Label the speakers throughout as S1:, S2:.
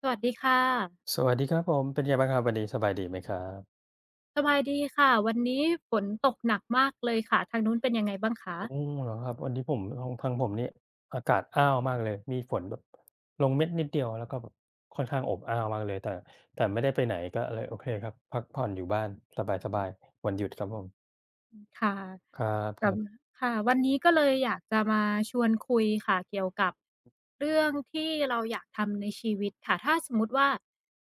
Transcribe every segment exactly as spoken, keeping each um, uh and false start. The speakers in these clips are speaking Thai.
S1: สวัสดีค่ะ
S2: สวัสดีครับผมเป็นไงบ้างครับวันนี้สบายดีไหมครับ
S1: สบายดีค่ะวันนี้ฝนตกหนักมากเลยค่ะทางนู้นเป็นยังไงบ้างคะ
S2: โอ้เหรอครับวันนี้ผมของทางผมนี่อากาศอ้าวมากเลยมีฝนแบบลงเม็ดนิดเดียวแล้วก็แบบค่อนข้างอบอ้าวมากเลยแต่แต่ไม่ได้ไปไหนก็เลยโอเคครับพักผ่อนอยู่บ้านสบายๆวันหยุดครับผม
S1: ค่ะ
S2: ครั
S1: กับ
S2: บ
S1: ค่ะวันนี้ก็เลยอยากจะมาชวนคุยค่ะเกี่ยวกับเรื่องที่เราอยากทำในชีวิตค่ะถ้าสมมุติว่า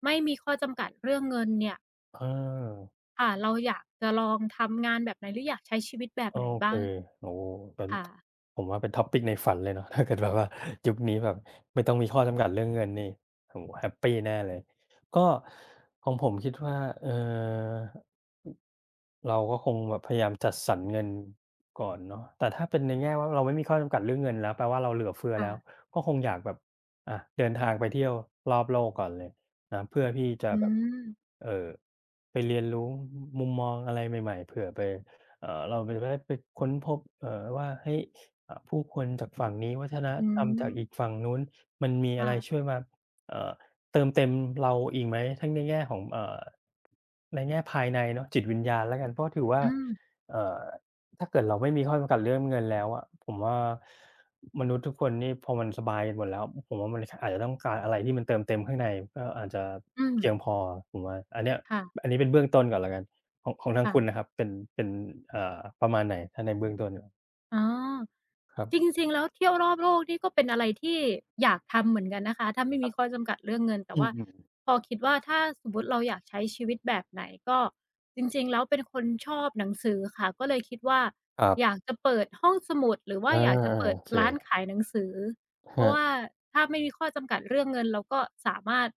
S1: ไม่มีข้อจำกัดเรื่องเงินเนี่ย
S2: ๆเออ
S1: ค่ะเราอยากจะลองทำงานแบบไหนหรืออยากใช้ชีวิตแบบ
S2: โอ
S1: ไหน
S2: เค
S1: บ้าง
S2: โอ้โฮเป็น
S1: ค่ะ
S2: ผมว่าเป็น topic ในฝันเลยเนาะถ้าเกิดแบบว่ายุคนี้แบบไม่ต้องมีข้อจำกัดเรื่องเงินนี่โอ้โฮแฮปปีแน่เลยก็ของผมคิดว่าเอ่อ เราก็คงแบบพยายามจัดสรรเงินก่อนเนาะแต่ถ้าเป็นในแง่ว่าเราไม่มีข้อจำกัดเรื่องเงินแล้วแปลว่าเราเหลือเฟือแล้ว
S1: ค่ะ
S2: ก็คงอยากแบบอะเดินทางไปเที่ยวรอบโลกก่อนเลยนะเพื่อที่จะ
S1: อื
S2: แบบ
S1: ม
S2: เอ่อไปเรียนรู้มุมมองอะไรใหม่ๆเผื่อไปเอ่อเราไปได้ไปค้นพบเอ่อว่าเฮ้ยอ่าผู้คนจากฝั่งนี้วัฒน
S1: อื
S2: ธรรมจากอีก
S1: ม
S2: ฝั่งนู้นมันมีอะไร
S1: ค่ะ
S2: ช่วยมาเอ่อ เติมเต็มเราอีกไหมทั้งในแง่ของเอ่อในแง่ภายในเนาะจิตวิญญาณแล้วกันเพราะถือว่า
S1: อืม
S2: เอ่อถ้าเกิดเราไม่มีข้อจำกัดเรื่องเงินแล้วอะผมว่ามนุษย์ทุกคนนี่พอมันสบายกันหมดแล้วผมว่ามันอาจจะต้องการอะไรที่มันเติมเต็มข้างในก็อาจจะ
S1: อืม
S2: เพียงพอผมว่าอันเนี้ย
S1: ค่
S2: อันนี้เป็นเบื้องต้นก่อนแล้วกันของของทาง
S1: ะ
S2: คุณนะครับเป็นเป็นเอ่อประมาณไหนถ้าในเบื้องต้น
S1: ๆอ๋อ
S2: ครับ
S1: จริงๆแล้วเที่ยวรอบโลกนี่ก็เป็นอะไรที่อยากทำเหมือนกันนะคะถ้าไม่
S2: ค
S1: มี
S2: รั
S1: ข้อ
S2: บ
S1: จำกัดเรื่องเงินแต่
S2: อื
S1: ว่า
S2: มๆ
S1: พอคิดว่าถ้าสมมุติเราอยากใช้ชีวิตแบบไหนก็จริงๆแล้วเป็นคนชอบหนังสือค่ะก็เลยคิดว่า
S2: ครั
S1: อยา
S2: บ
S1: กจะเปิดห้องสมุดหรือว่า
S2: อา
S1: อยากจะ
S2: ๆ
S1: เปิ
S2: โอ
S1: ด
S2: เค
S1: ร้านขายหนังสือ
S2: ค
S1: เพ
S2: รั
S1: ราะว่า
S2: บ
S1: ถ้าไม่มีข้อจำกัดเรื่องเงินเราก็สามารถ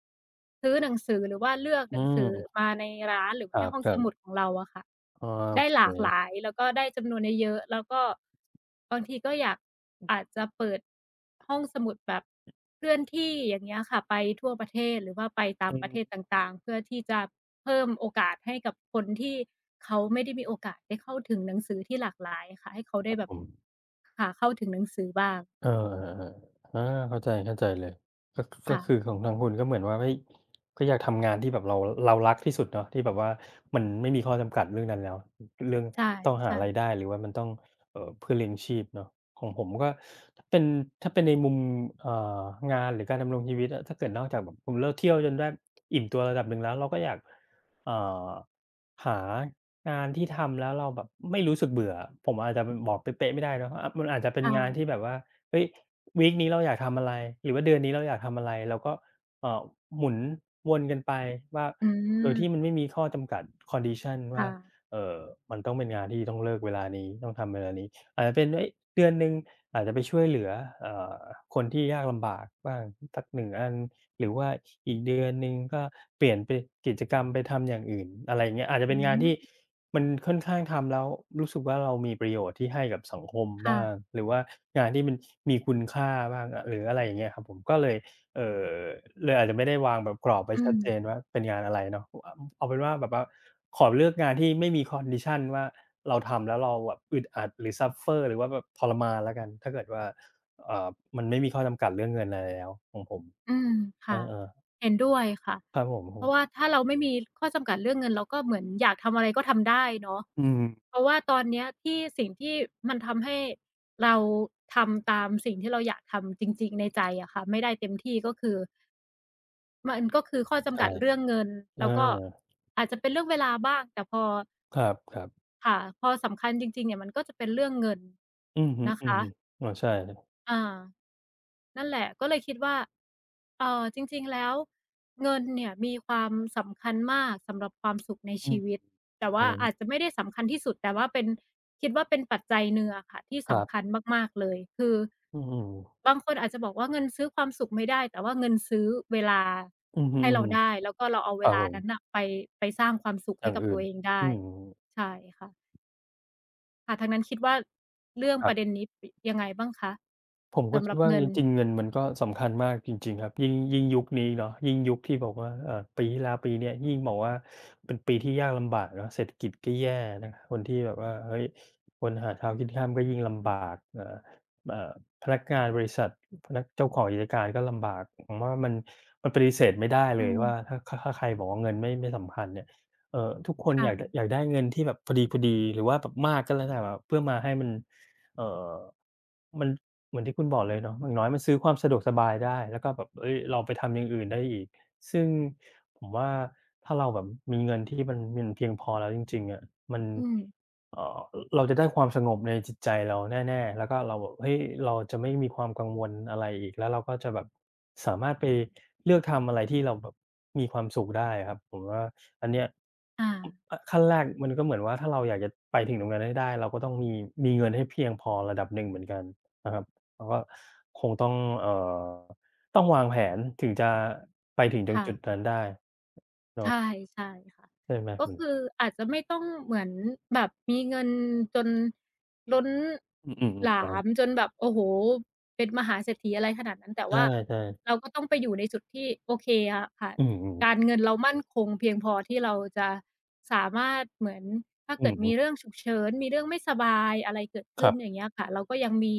S1: ซื้อหนังสือหรือว่าเลือกห
S2: อื
S1: นังสือ
S2: ม
S1: มาในร้านหรือว่าในห้อง
S2: ค
S1: ส
S2: รับ
S1: มุดข
S2: ๆ
S1: องเราอะค่ะ
S2: อ๋อโอ
S1: ได้
S2: เค
S1: หลากหลายแล้วก็ได้จำนวนเยอะๆแล้วก็บางทีก็อยากอาจจะเปิดห้องสมุดแบบเคลื่อนที่อย่างเงี้ยค่ะไปทั่วประเทศหรือว่าไปตา
S2: อื
S1: มประเท
S2: ม
S1: ศต่างๆเพื่อที่จะเพิ่มโอกาสให้กับคนที่เขาไม่ได้มีโอกาสได้เข้าถึงหนังสือที่หลากหลายค่ะให้เขา
S2: ค
S1: ได้
S2: รับ
S1: แบ
S2: ผ
S1: บ
S2: ม
S1: ค่ะเข้าถึงหนังสือบ้าง
S2: เออๆอาเข้าใจเข้าใจเลยก็ก็คือ
S1: ค่ะ
S2: ของทางคุณก็เหมือนว่าเฮ้ยก็อยากทำงานที่แบบเราเรารักที่สุดเนาะที่แบบว่ามันไม่มีข้อจำกัดเรื่องนั้นแล้วเรื่อง
S1: ใช่
S2: ต้องหา
S1: ใช่
S2: รายได้หรือว่ามันต้องเอ่อเพื่อเลี้ยงชีพเนาะของผมก็ถ้าเป็นถ้าเป็นในมุมเอ่องานหรือการดำรงชีวิตอะถ้าเกิดนอกจากแบบผมเลิกเที่ยวจนได้อิ่มตัวระดับหนึ่งแล้วเราก็อยากเอ่อหางานที่ทำแล้วเราแบบไม่รู้สึกเบื่อผมอาจจะบอกเป๊ะๆไม่ได้เนาะอามันอาจจะเป็นงานที่
S1: ค่ะ
S2: แบบว่า เฮ้ยวีกนี้เราอยากทำอะไรหรือว่าเดือนนี้เราอยากทำอะไรเราก็เอ่อหมุนวนกันไปว่า
S1: อื
S2: โดยที่มัน
S1: ม
S2: ไม่มีข้อจำกัด condition ว่า
S1: ค่ะ
S2: เอ่อมันต้องเป็นงานที่ต้องเลิกเวลานี้ต้องทำเวลานี้อาจจะเป็นเฮ้ยเดือนหนึ่งอาจจะไปช่วยเหลือเอ่อคนที่ยากลำบากบ้างสักหนึ่งอันหรือว่าอีกเดือนหนึ่งก็เปลี่ยนไปกิจกรรมไปทำอย่างอื่นอะไรอย่างเงี้ยอาจจะ
S1: อื
S2: เป็นงาน
S1: ม
S2: ที่ มันค่อนข้างทำแล้วรู้สึกว่าเรามีประโยชน์ที่ให้กับสังคมบ้าง
S1: ค่ะ
S2: หรือว่างานที่มันมีคุณค่าบ้างอะหรืออะไรอย่างเงี้ยครับผมก็เลยเอ่อเลยอาจจะไม่ได้วางแบบกรอบไว้
S1: อื
S2: ชั
S1: ม
S2: ดเจนว่าเป็นงานอะไรเนาะอเอาเป็นว่าแบบว่าขอเลือกงานที่ไม่มี condition ว่าเราทำแล้วเราแบบอึดอัดหรือ suffer หรือว่าแบบทรมานแล้วกันถ้าเกิดว่าเอ่อมันไม่มีข้อจำกัดเรื่องเงินอะไรแล้วของผม
S1: อืม
S2: เอ
S1: ค่ะ
S2: อๆ
S1: เห็นด้วยค่ะ
S2: ครับผ
S1: เพ
S2: ม
S1: ราะว่า
S2: ๆ
S1: ถ้าเราไม่มีข้อจำกัดเรื่องเงินเราก็เหมือนอยากทำอะไรก็ทำได้เนาะ
S2: อืม
S1: เพราะว่าตอนเนี้ยที่สิ่งที่มันทำให้เราทำตามสิ่งที่เราอยากทำจริงๆในใจอะค่ะไม่ได้เต็มที่ก็คือมันก็คือข้อจำ
S2: ใช่
S1: กัดเรื่องเงิน
S2: เออ
S1: แล้วก็อาจจะเป็นเรื่องเวลาบ้างแต่พอ
S2: ครับๆ
S1: ค่ะพอสำคัญจริงๆเนี่ยมันก็จะเป็นเรื่องเงิน
S2: อือฮึ
S1: นะคะ
S2: ๆอ๋อใช่
S1: อ่านั่นแหละก็เลยคิดว่า เอ่อจริงๆแล้ว เงินเนี่ยมีความสำคัญมากสำหรับความสุขใน
S2: อื
S1: ชี
S2: ม
S1: วิต แต่
S2: เอ
S1: ว่าอาจจะไม่ได้สำคัญที่สุด แต่ว่าเป็นคิดว่าเป็นปัจจัยหนึ่งอะค่ะ
S2: อ
S1: ที่
S2: ครับ
S1: สำคัญมากๆ เลย คือ
S2: อืม
S1: บางคนอาจจะบอกว่าเงินซื้อความสุขไม่ได้แต่ว่าเงินซื้อเวลา
S2: อือฮึ
S1: ให้เราได้แล้วก็เราเอา
S2: ๆค
S1: เว
S2: รับ
S1: ลา
S2: ผม
S1: นั้นน่ะไปไปสร้างความสุข
S2: อ
S1: ให้
S2: ย่าง
S1: กับ
S2: อื่
S1: ตัว
S2: น
S1: เองได้
S2: อืม
S1: ใช่ค่ะค่ะทางนั้นคิดว่าเรื่อง
S2: ค
S1: ป
S2: รับ
S1: ระเด็นนี้ปยังไงบ้างคะ
S2: ผมก็
S1: สำห
S2: คิ
S1: รั
S2: ด
S1: บ
S2: ว่า
S1: เงิ
S2: จ
S1: น
S2: ริงๆเงินมันก็สำคัญมากจริงๆครับยิ่งยิ่งยุคนี้เนาะยิ่งยุคที่บอกว่าเอ่อปีที่แล้วปีเนี้ยยิ่งบอกว่าเป็นปีที่ยากลำบากเนาะเศรษฐกิจก็แย่นะคนที่แบบว่าเฮ้ยคนหาเช้ากินค่ำก็ยิ่งลำบากเอ่อเอ่อพนักงานบริษัทพนักเจ้าของกิจการก็ลำบากผมว่ามันมันปฏิเสธไม่ได้เล
S1: อื
S2: ย
S1: ม
S2: ว่าถ้าถ้าถ้าใครบอกว่าเงินไม่ไม่สำคัญเนี่ยเอ่อทุกคนอ
S1: ค่ะ
S2: ยากดอยากได้เงินที่แบบพอดีๆหรือว่าแบบมากก็แล้วแต่แบบเพื่อมาให้มัน เอ่อมันเหมือนที่คุณบอกเลยเนาะอย่างน้อยมันซื้อความสะดวกสบายได้แล้วก็แบบเฮ้ยเราไปทำอย่างอื่นได้อีก ซึ่งผมว่าถ้าเราแบบมีเงินที่มันมันเพียงพอแล้วจริงๆอะมัน
S1: อืม
S2: เอ่อเราจะได้ความสงบในจิตใจเราแน่ๆแล้วก็เราแบบเฮ้ยเราจะไม่มีความกังวลอะไรอีกแล้วเราก็จะแบบสามารถไปเลือกทำอะไรที่เราแบบมีความสุขได้อะครับผมว่า อันเนี้ย
S1: อา
S2: ออขั้นแรกมันก็เหมือนว่าถ้าเราอยากจะไปถึงตรงนั้นให้ได้เราก็ต้องมีมีเงินให้เพียงพอระดับหนึ่งเหมือนกันนะครับเราก็คงต้องเอ่อต้องวางแผนถึงจะไปถึงตรง
S1: ค่ะ
S2: จุดนั้นได้เนาะ
S1: ใช่ใช่ค่ะ
S2: ใช่ไหม
S1: ก็คืออาจจะไม่ต้องเหมือนแบบมีเงินจนล้น
S2: อืมอื
S1: หลา
S2: ม
S1: ม
S2: ๆ
S1: จนแบบโอ้โฮเป็นมหาเศรษฐีอะไรขนาดนั้นแต่
S2: ๆใช่
S1: ว่า
S2: ใช่ๆ
S1: เราก็ต้องไปอยู่ในจุดที่โอเคอะค่ะ
S2: อืม
S1: การ
S2: ๆ
S1: เงินเรามั่นคงเพียงพอที่เราจะสามารถเหมือนถ้า
S2: อื
S1: เกิด
S2: อฮ
S1: มีเรื่องฉุกเฉินมีเรื่องไม่สบายอะไรเกิด
S2: ค
S1: ขึ้
S2: รั
S1: นอ
S2: บ
S1: ย่างเงี้ยค่ะเราก็ยังมี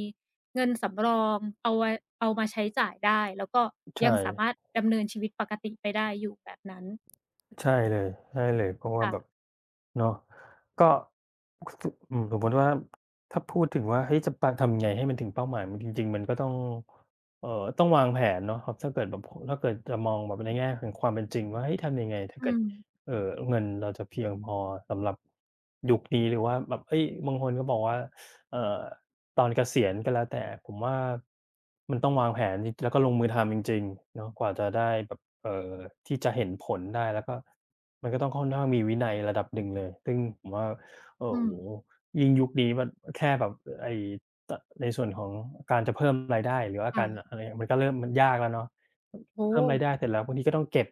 S1: เงินสำรองเอาไว้เอามาใช้จ่ายได้แล้วก็ยัง
S2: ใช่
S1: สามารถดำเนินชีวิตปกติไปได้อยู่แบบนั้น
S2: ใช่เลยใช่เลยเพราะว่าแบบ
S1: ค่ะ
S2: เนาะก็สอืมสมมุติว่าถ้าพูดถึงว่าเฮ้ยจะปะทำไงให้มันถึงเป้าหมายมันจริงๆมันก็ต้องเอ่อต้องวางแผนเนาะครับถ้าเกิดแบบโฮถ้าเกิดจะมองแบบในแง่ของความเป็นจริงว่าเฮ้ยทำยังไงถ้า
S1: อื
S2: เกิด
S1: ม
S2: เอ่อเงินเราจะเพียงพอสำหรับยุคนี้หรือว่าแบบเฮ้ยบางคนก็บอกว่าเอ่อตอนเกษียณก็แล้วแต่ผมว่ามันต้องวางแผนจริงแล้วก็ลงมือทำจริงๆเนาะกว่าจะได้แบบ เอ่อที่จะเห็นผลได้แล้วก็มันก็ต้องค่อนข้างมีวินัยระดับหนึ่งเลยซึ่งผมว่าโอ้
S1: อื
S2: โฮ
S1: ม
S2: ยิ่งยุคนี้มันแค่แบบไอ้ตในส่วนของการจะเพิ่มรายได้หรือว่าการ
S1: ค่ะ
S2: อะไรมันก็เริ่มมันยากแล้วเนาะ
S1: โอ้โฮ
S2: เพิ่มรายได้เสร็จแล้วบางทีก็ต้องเก็บ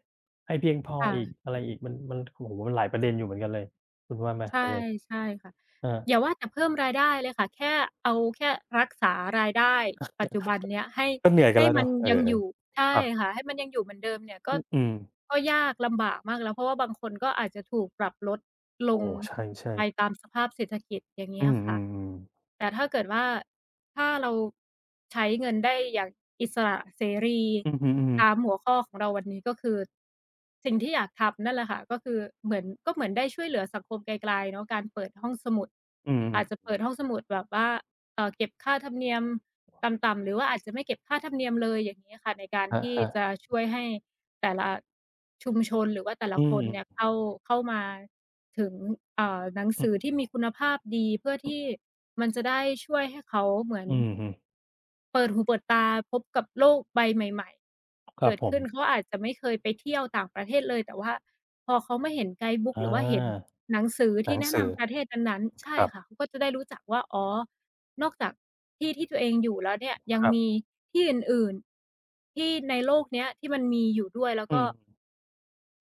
S2: ให้เพียงพอ
S1: ค่ะ
S2: อีกอะไรอีกมันมันโอ้โฮมันหลายประเด็นอยู่เหมือนกันเลยคุณว่าไหม
S1: ใช่
S2: เล
S1: ใช่ค่ะ
S2: เออ
S1: อย่าว่าแต่เพิ่มรายได้เลยค่ะ แค่เอาแค่รักษารายได้ปัจจุบันเนี้ยให้
S2: ก็เหนื่อยกัน
S1: ให้
S2: แล้ว
S1: มัน
S2: เนาะเอ
S1: ยัง
S2: อ
S1: อยู่ใช่
S2: ๆครับ
S1: ค่ะให้มันยังอยู่เหมือนเดิมเนี่ยก็
S2: ออืม
S1: ก็ยากลำบากมากแล้วเพราะว่าบางคนก็อาจจะถูกปรับลดล
S2: โอ้
S1: ง
S2: ใช่
S1: ไป
S2: ๆ
S1: ตามสภาพเศรษฐกิจอย่าง
S2: อื
S1: งี้อะค่ะ
S2: มๆๆ
S1: แต่ถ้าเกิดว่าถ้าเราใช้เงินได้อย่างอิสระเสรี
S2: อือฮึ
S1: ตาม
S2: ๆ
S1: หัวข้อของเราวันนี้ก็คือสิ่งที่อยากทำนั่นแหละค่ะก็คือเหมือนก็เหมือนได้ช่วยเหลือสังคมไกลๆเนาะการเปิดห้องสมุด
S2: อืม
S1: อาจจะ
S2: ๆ
S1: เปิดห้องสมุดแบบว่า เอ่อเก็บค่าธรรมเนียมต่ำๆหรือว่าอาจจะไม่เก็บค่าธรรมเนียมเลยอย่างงี้ค่ะในการ
S2: ค
S1: ที่
S2: รั
S1: จะ
S2: บ
S1: ช่วยให้แต่ละชุมชนหรือว่าแต่
S2: ๆ
S1: ละ
S2: อื
S1: ค
S2: ม
S1: นเนี่ย
S2: ๆ
S1: เข้าเข้ามาถึงเอ่อหนัง
S2: อื
S1: สือที่มีคุณภาพดีเพื่อที่มันจะได้ช่วยให้เขาเหมือน
S2: อฮึ
S1: เปิดหูเปิดตาพบกับโลกใบใหม่
S2: ค
S1: ๆ
S2: รั
S1: เกิ
S2: บ
S1: ด
S2: ผม
S1: ขึ้นเขาอาจจะไม่เคยไปเที่ยวต่างประเทศเลยแต่ว่าพอเขามาเห็นไกด์บุ๊ก
S2: อ
S1: หรือว่าเห็น
S2: า
S1: หนังสือ
S2: ห
S1: ที่
S2: นัง
S1: แนะ
S2: สือ
S1: นำประเทศนั้นๆ
S2: ค
S1: ใช่
S2: รั
S1: ค่ะ
S2: บ
S1: เขาก็จะได้รู้จักว่าอ๋อนอกจากที่ที่ตัวเองอยู่แล้วเนี่ยยั
S2: ค
S1: ง
S2: รั
S1: มี
S2: บ
S1: ที่อื่นๆที่ในโลกเนี้ยที่มันมีอยู่ด้วยแล้ว
S2: อื
S1: ก็
S2: ม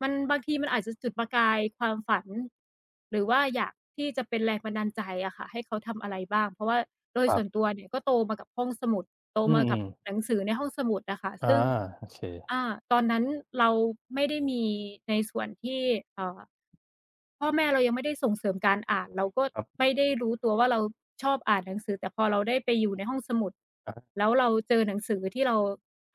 S1: มันบางทีมันอาจจะจุดประกายความฝันหรือว่าอยากที่จะเป็นแรงบันดาลใจอะค่ะให้เขาทำอะไรบ้างเพราะว่าโดย
S2: ครั
S1: ส่วน
S2: บ
S1: ตัวเนี่ยก็โตมากับห้องสมุดโต
S2: อื
S1: มา
S2: ม
S1: กับหนั
S2: ๆ
S1: งสือในห้องสมุดอะค่ะ
S2: อา
S1: ซึ่ง
S2: โอเค
S1: อาตอนนั้นเราไม่ได้มีในส่วนที่เอ่อ พ่อแม่เรายังไม่ได้ส่งเสริมการอ่านเราก็
S2: ครับ
S1: ไม่ได้รู้ตัวว่าเราชอบอ่านหนังสือแต่พอเราได้ไปอยู่ในห้องสมุด
S2: อา
S1: แล้วเราเจอหนังสือที่เรา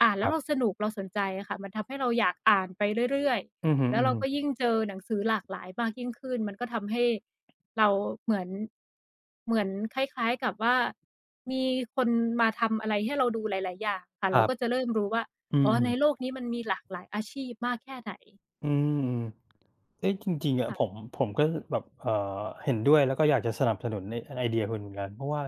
S1: อ่าน
S2: ค
S1: แล้ว
S2: รั
S1: เราส
S2: บ
S1: นุกเราสนใจอะค่ะมันทำให้เราอยากอ่านไปเรื่อย
S2: อือฮึ
S1: ๆแล้วเราก็
S2: ๆ
S1: ยิ่งเจอหนังสือหลากหลายมากยิ่งขึ้นมันก็ทำให้เราเหมือนเหมือนคล้ายๆกับว่ามีคนมาทำอะไรให้เราดูหลายๆอย่างค่ะ
S2: ค
S1: เรา
S2: รั
S1: ก็จะ
S2: บ
S1: เริ่มรู้ว่า
S2: อื
S1: อ๋อใน
S2: ม
S1: โล
S2: ๆ
S1: กนี้มันมีหลากหลายอาชีพมากแค่ไหน
S2: อืม เอ๊ะจริงๆอะผม
S1: ค่ะ
S2: ผมก็แบบเอ่อเห็นด้วยแล้วก็อยากจะสนับสนุนไอ้ไอเดียคุณเหมือนกันเพราะว่า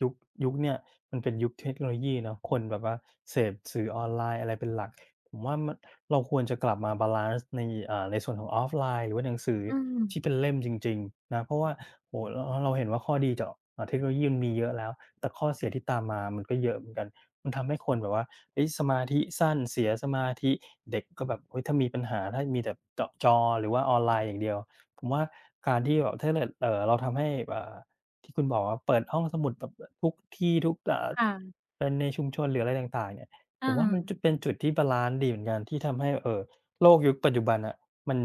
S2: ยุคยุคเนี่ยมันเป็นยุคเทคโนโลยีเนาะคนแบบว่าเสพสื่อออนไลน์อะไรเป็นหลักผมว่ามันเราควรจะกลับมาบาลันซ์ในอ่าในส่วนของออฟไลน์หรือว่าหนังสือ
S1: อื
S2: ที่
S1: ม
S2: เป็นเล่มจริงๆนะเพราะว่าโอ้โฮเราเราเห็นว่าข้อดีจากอ่าเทคโนโลยีมันมีเยอะแล้วแต่ข้อเสียที่ตามมามันก็เยอะเหมือนกันมันทำให้คนแบบว่า เอ้ยสมาธิสั้นเสียสมาธิเด็กก็แบบเฮ้ยถ้ามีปัญหาถ้ามีแต่เจาะจอหรือว่าออนไลน์อย่างเดียวผมว่าการที่แบบถ้าเกิดเออเราทำให้เอ่าที่คุณบอกว่าเปิดห้องสมุดแบบทุกที่ทุกเอ่า
S1: ค่ะ
S2: เป็นในชุมชนหรืออะไรต่างๆเนี่ย
S1: เออ
S2: ผมว่ามันจะเป็นจุดที่บาลานซ์ดีเหมือนกันที่ทำให้เออโลกยุคปัจจุบันอ่ะมัน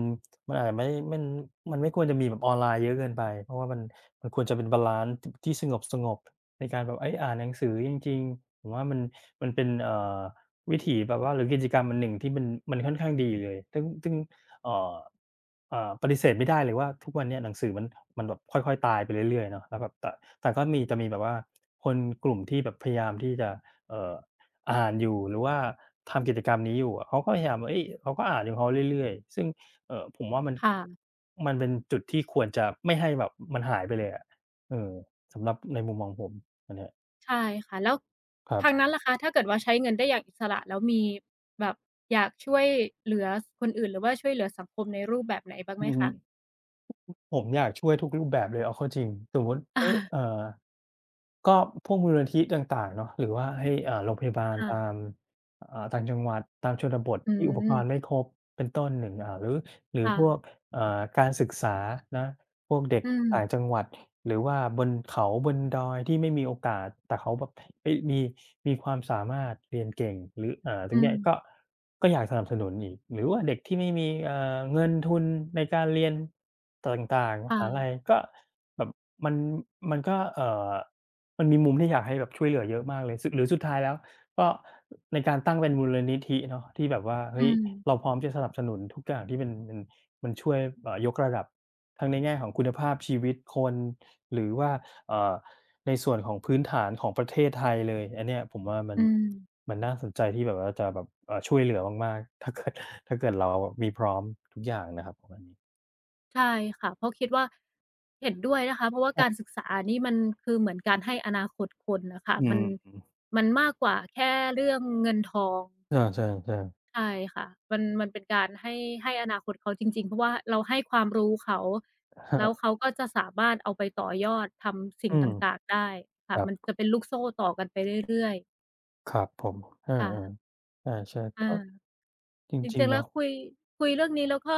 S2: มันอาจจะไม่มันมันไม่ควรจะมีแบบออนไลน์เยอะเกินไปเพราะว่ามันมันควรจะเป็นบาลานซ์ที่สงบๆในการแบบไอ้ยอ่านหนังสือจริงๆผมว่ามัน มันเป็นเอ่อวิถีแบบว่าหรือกิจกรรมอันหนึ่งที่มันมันค่อนข้างดีเลยซึ่งซึ่งเอ่อเอ่อปฏิเสธไม่ได้เลยว่าทุกวันเนี้ยหนังสือมันมันแบบค่อยๆตายไปเรื่อยๆเนาะแล้วแบบแต่แต่ก็มีจะมีแบบว่าคนกลุ่มที่แบบพยายามที่จะเอ่ออ่านอยู่หรือว่าทำกิจกรรมนี้อยู่อะเขาก็พยายามว่าเฮ้ยเขาก็อ่านของเขาเรื่อยๆซึ่งเอ่อผมว่ามัน
S1: ค่ะ
S2: มันเป็นจุดที่ควรจะไม่ให้แบบมันหายไปเลยอะเออสำหรับในมุมมองผมอันเนี้ย
S1: ใช่ค่ะแล้ว
S2: ครั
S1: ทาง
S2: บ
S1: นั้นล่ะคะถ้าเกิดว่าใช้เงินได้อย่างอิสระแล้วมีแบบอยากช่วยเหลือคนอื่นหรือว่าช่วยเหลือสังคมในรูปแบบไหนบ้างไหม
S2: อือฮึ
S1: คะ
S2: ผมอยากช่วยทุกรูปแบบเลยเอาเข้าจริงสมมุติ
S1: อา
S2: เฮ้ยเอ่อ ก็พวกมูลนิธิต่างๆเนาะหรือว่าให้อ่าโรงพยาบาล
S1: ค่ะ
S2: ตามอ่าต่างจังหวัดตามชนบท
S1: อื
S2: ที่อุปก
S1: ม
S2: รณ์ไม่ครบเป็นต้นหนึ่งอ่าหรือหรือ
S1: ค่ะ
S2: พวกเอ่อการศึกษานะพวกเด็ก
S1: อืม
S2: ต่างจังหวัดหรือว่าบนเขาบนดอยที่ไม่มีโอกาสแต่เขาแบบเฮ้ยมีมีความสามารถเรียนเก่งหรืออ่าตร
S1: อื
S2: งเนี้
S1: ม
S2: ยก็ก็อยากสนับสนุนอีกหรือว่าเด็กที่ไม่มีเอ่อเงินทุนในการเรียนต่างๆม
S1: ค่ะ
S2: หาลัยก็แบบมันมันก็เอ่อ มันมีมุมที่อยากให้แบบช่วยเหลือเยอะมากเลยสุดหรือสุดท้ายแล้วก็ในการตั้งเป็นมูลนิธิเนาะที่แบบว่า
S1: อื
S2: เฮ้ย
S1: ม
S2: เราพร้อมจะสนับสนุนทุกอย่างที่มันมันมันช่วยเอ่อยกระดับทั้งในแง่ของคุณภาพชีวิตคนหรือว่าเอ่อในส่วนของพื้นฐานของประเทศไทยเลยอันเนี้ยผมว่ามัน
S1: อืม
S2: มันน่าสนใจที่แบบว่าจะแบบเอ่อช่วยเหลือมากๆ ถ้าเกิดถ้าเกิดเราแบบมีพร้อมทุกอย่างนะครับประมาณนี้
S1: ใช่ค่ะเพราะคิดว่าเห็นด้วยนะคะเพราะว่าการศึกษานี่มันคือเหมือนการให้อนาคตคนน่ะค่ะ
S2: อื
S1: มัน
S2: ม
S1: มันมากกว่าแค่เรื่องเงินทอง
S2: อาใช่
S1: ใช่ค่ะมันมันเป็นการให้ให้อนาคตเขาจริงๆเพราะว่าเราให้ความรู้เขา
S2: ๆครั
S1: แล้ว
S2: บ
S1: เขาก็จะสามารถเอาไปต่อยอดทำสิ่ ง
S2: อื
S1: ต
S2: ม
S1: ่างๆได้
S2: ค
S1: ค่ะ
S2: รั
S1: มัน
S2: บ
S1: จะเป็นลูกโซ่ต่อกันไปเรื่อยๆ
S2: ครับผมเออ
S1: ค่ะ
S2: ๆ อาใช่
S1: อา
S2: ก็จ
S1: จ
S2: ริ
S1: ริ
S2: ง
S1: งๆ
S2: ๆ
S1: แล้ว
S2: เนาะ
S1: คุยคุยเรื่องนี้แล้วก็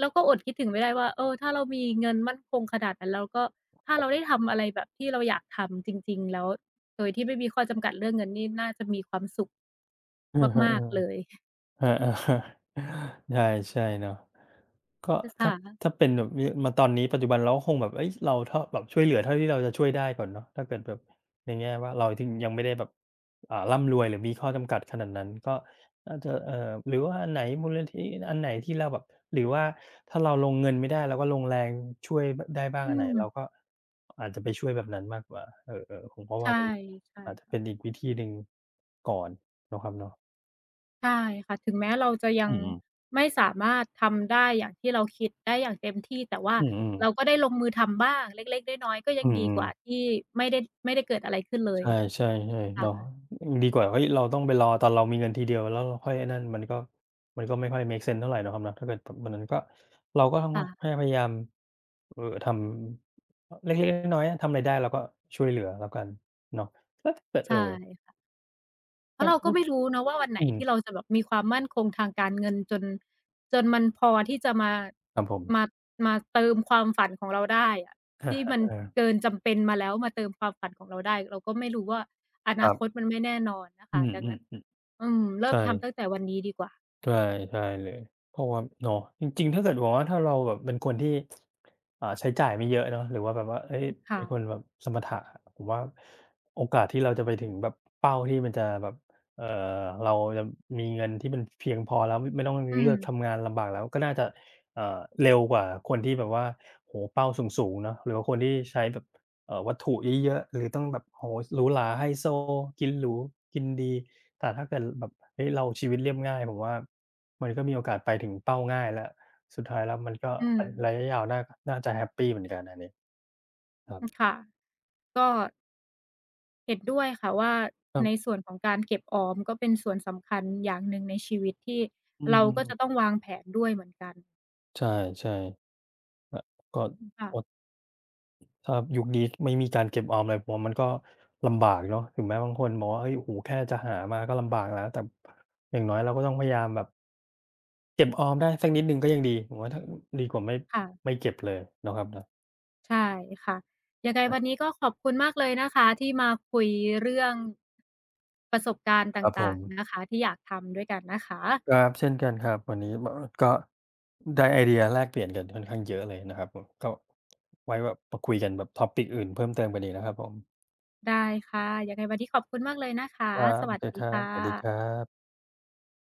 S1: แล้วก็อดคิดถึงไม่ได้ว่าเออถ้าเรามีเงินมั่นคงขนาดนั้นแล้วก็ถ้าเราได้ทำอะไรแบบที่เราอยากทำจริงๆแล้วโดยที่ไม่มีข้อจำกัดเรื่องเงินนี่น่าจะมีความสุข
S2: อือ
S1: มากๆเล
S2: ฮึ
S1: ย
S2: ๆอา ๆใช่ๆเนาะ ก็ถ้า
S1: ค่ะ
S2: ถ้าเป็นแบบนี้มาตอนนี้ปัจจุบันเราก็คงแบบเฮ้ยเราเท่าแบบช่วยเหลือเท่าที่เราจะช่วยได้ก่อนเนาะถ้าเกิดแบบในแง่ว่าเราถึงยังไม่ได้แบบอ่าร่ำรวยหรือมีข้อจำกัดขนาดนั้นก็น่าจะเอ่อหรือว่าอันไหนมูลนิธิอันไหนที่เราแบบหรือว่าถ้าเราลงเงินไม่ได้เราก็ลงแรงช่วยบได้บ้าง
S1: อื
S2: อันไหน
S1: ม
S2: เราก็อาจจะไปช่วยแบบนั้นมากกว่าเออๆผมก็ว่า
S1: ใช่
S2: มันอาจจะ
S1: ใช่
S2: เป็นอีกวิธีหนึ่งก่อนเนาะครับเนาะ
S1: ใช่ค่ะถึงแม้เราจะยั
S2: อื
S1: ง
S2: มๆ
S1: ไม่สามารถทำได้อย่างที่เราคิดได้อย่างเต็มที่แต่ว่า
S2: อืมๆ
S1: เราก็ได้ลงมือทำบ้างเล็กๆน้อยๆก็ยั
S2: อื
S1: งดีก
S2: ม
S1: ว่า
S2: ๆ
S1: ที่ไม่ได้ไม่ได้เกิดอะไรขึ้นเลย
S2: ใช่ใช่ๆเนาะ
S1: ค่ะ
S2: ดีกว่าเฮ้ยเราต้องไปรอตอนเรามีเงินทีเดียวแล้วเราค่อยไอ้นั่นมันก็มันก็ไม่ค่อยเมกเซนส์เท่าไรเนาะครับเนาะถ้าเกิดแบบวันนั้นก็เราก็ต้อง
S1: ค่ะ
S2: แค่พยายามเอ่อทำเล็กๆน้อยๆอะทำอะไรได้เราก็ช่วยเหลือแล้วกันเนาะแล้วถ้าเกิดเอ่
S1: ใช่
S2: อ
S1: เพราะ
S2: มัน
S1: เราก็
S2: มัน
S1: ไม่รู้เนาะว่าวันไหน
S2: อืม
S1: ที่เราจะแบบมีความมั่นคงทางการเงินจนจนมันพอที่จะมา
S2: ครับผ
S1: มา
S2: ม
S1: มาเติมความฝันของเราได้อะ
S2: อะ
S1: ที่
S2: ฮะ
S1: มัน
S2: เออ
S1: เกินจำเป็นมาแล้วมาเติมความฝันของเราได้เราก็ไม่รู้ว่าอ
S2: ค
S1: นา
S2: รั
S1: คต
S2: บ
S1: มันไม่แน่นอนนะ
S2: อื
S1: คะดังนั้
S2: ม
S1: น
S2: ๆ
S1: อืม
S2: ๆ
S1: เริ่ม
S2: ใช่
S1: ทำตั้งแต่วันนี้ดีกว่า
S2: ใช่ใช่เลยเพราะว่าเนาะจริงๆถ้าเกิดบอกว่าถ้าเราแบบเป็นคนที่อ่าใช้จ่ายไม่เยอะเนาะหรือว่าแบบว่าเฮ้ยเป็นคน
S1: ค่ะ
S2: แบบสมถะผมว่าโอกาสที่เราจะไปถึงแบบเป้าที่มันจะแบบเอ่อเราจะมีเงินที่มันเพียงพอแล้วไม่ไม่ต้อง
S1: อื
S2: เลื
S1: ม
S2: อกทำงานลำบากแล้วก็น่าจะเอ่อเร็วกว่าคนที่แบบว่าโอ้โฮเป้าสูงๆเนาะหรือว่าคนที่ใช้แบบเอ่อวัตถุเยอะๆหรือต้องแบบโอ้โฮหรูหราไฮโซกินหรูกินดี แต่ถ้าเกิดแบบเฮ้ยเราชีวิตเรียบง่ายผมว่ามันก็มีโอกาสไปถึงเป้าง่ายแล้วสุดท้ายแล้วมันก็
S1: อืม
S2: ระระยะยาวน่าน่าจะแฮปปีเหมือนกันอันนี้ครั
S1: อือ
S2: บ
S1: ค่ะก็เห็นด้วยค่ะว่า
S2: ครั
S1: ใน
S2: บ
S1: ส่วนของการเก็บออมก็เป็นส่วนสำคัญอย่างหนึ่งในชีวิตที่
S2: อื
S1: เราก็จะต้
S2: ม
S1: องวางแผนด้วยเหมือนกัน
S2: ใช่ๆแบบก็
S1: ค่ะ
S2: อดถ้ายุคนี้ไม่มีการเก็บออมอะไรผมว่ามันก็ลำบากเนาะถึงแม้บางคนบอกว่าเฮ้ยโอ้โฮแค่จะหามาก็ลำบากแล้วแต่อย่างน้อยเราก็ต้องพยายามแบบเก็บออมได้สักนิดหนึ่งก็ยังดีผมว่าถ้าดีกว่าไม่
S1: ค่ะ
S2: ไม่เก็บเลยเนาะครับเนาะ
S1: ใช่ค่ะยังไงวันนี้ก็ขอบคุณมากเลยนะคะที่มาคุยเรื่องประสบการณ์ต
S2: ครับผ
S1: ่างๆนะ
S2: ม
S1: คะที่อยากทำด้วยกันนะคะ
S2: ครับเช่นกันครับวันนี้บก็ได้ไอเดียแลกเปลี่ยนกันค่อนข้างเยอะเลยนะครับผมก็ไว้แบบมาคุยกันแบบ ทอปิก อื่นเพิ่มเติมกันอีกนะครับผม
S1: ได้ค่ะยังไงวันนี้ขอบคุณมากเลยนะคะ
S2: ครั
S1: ส
S2: บโอ
S1: วัส
S2: เค
S1: ดี
S2: ครับ
S1: ค่
S2: สวัสดีครั
S1: ะ
S2: บ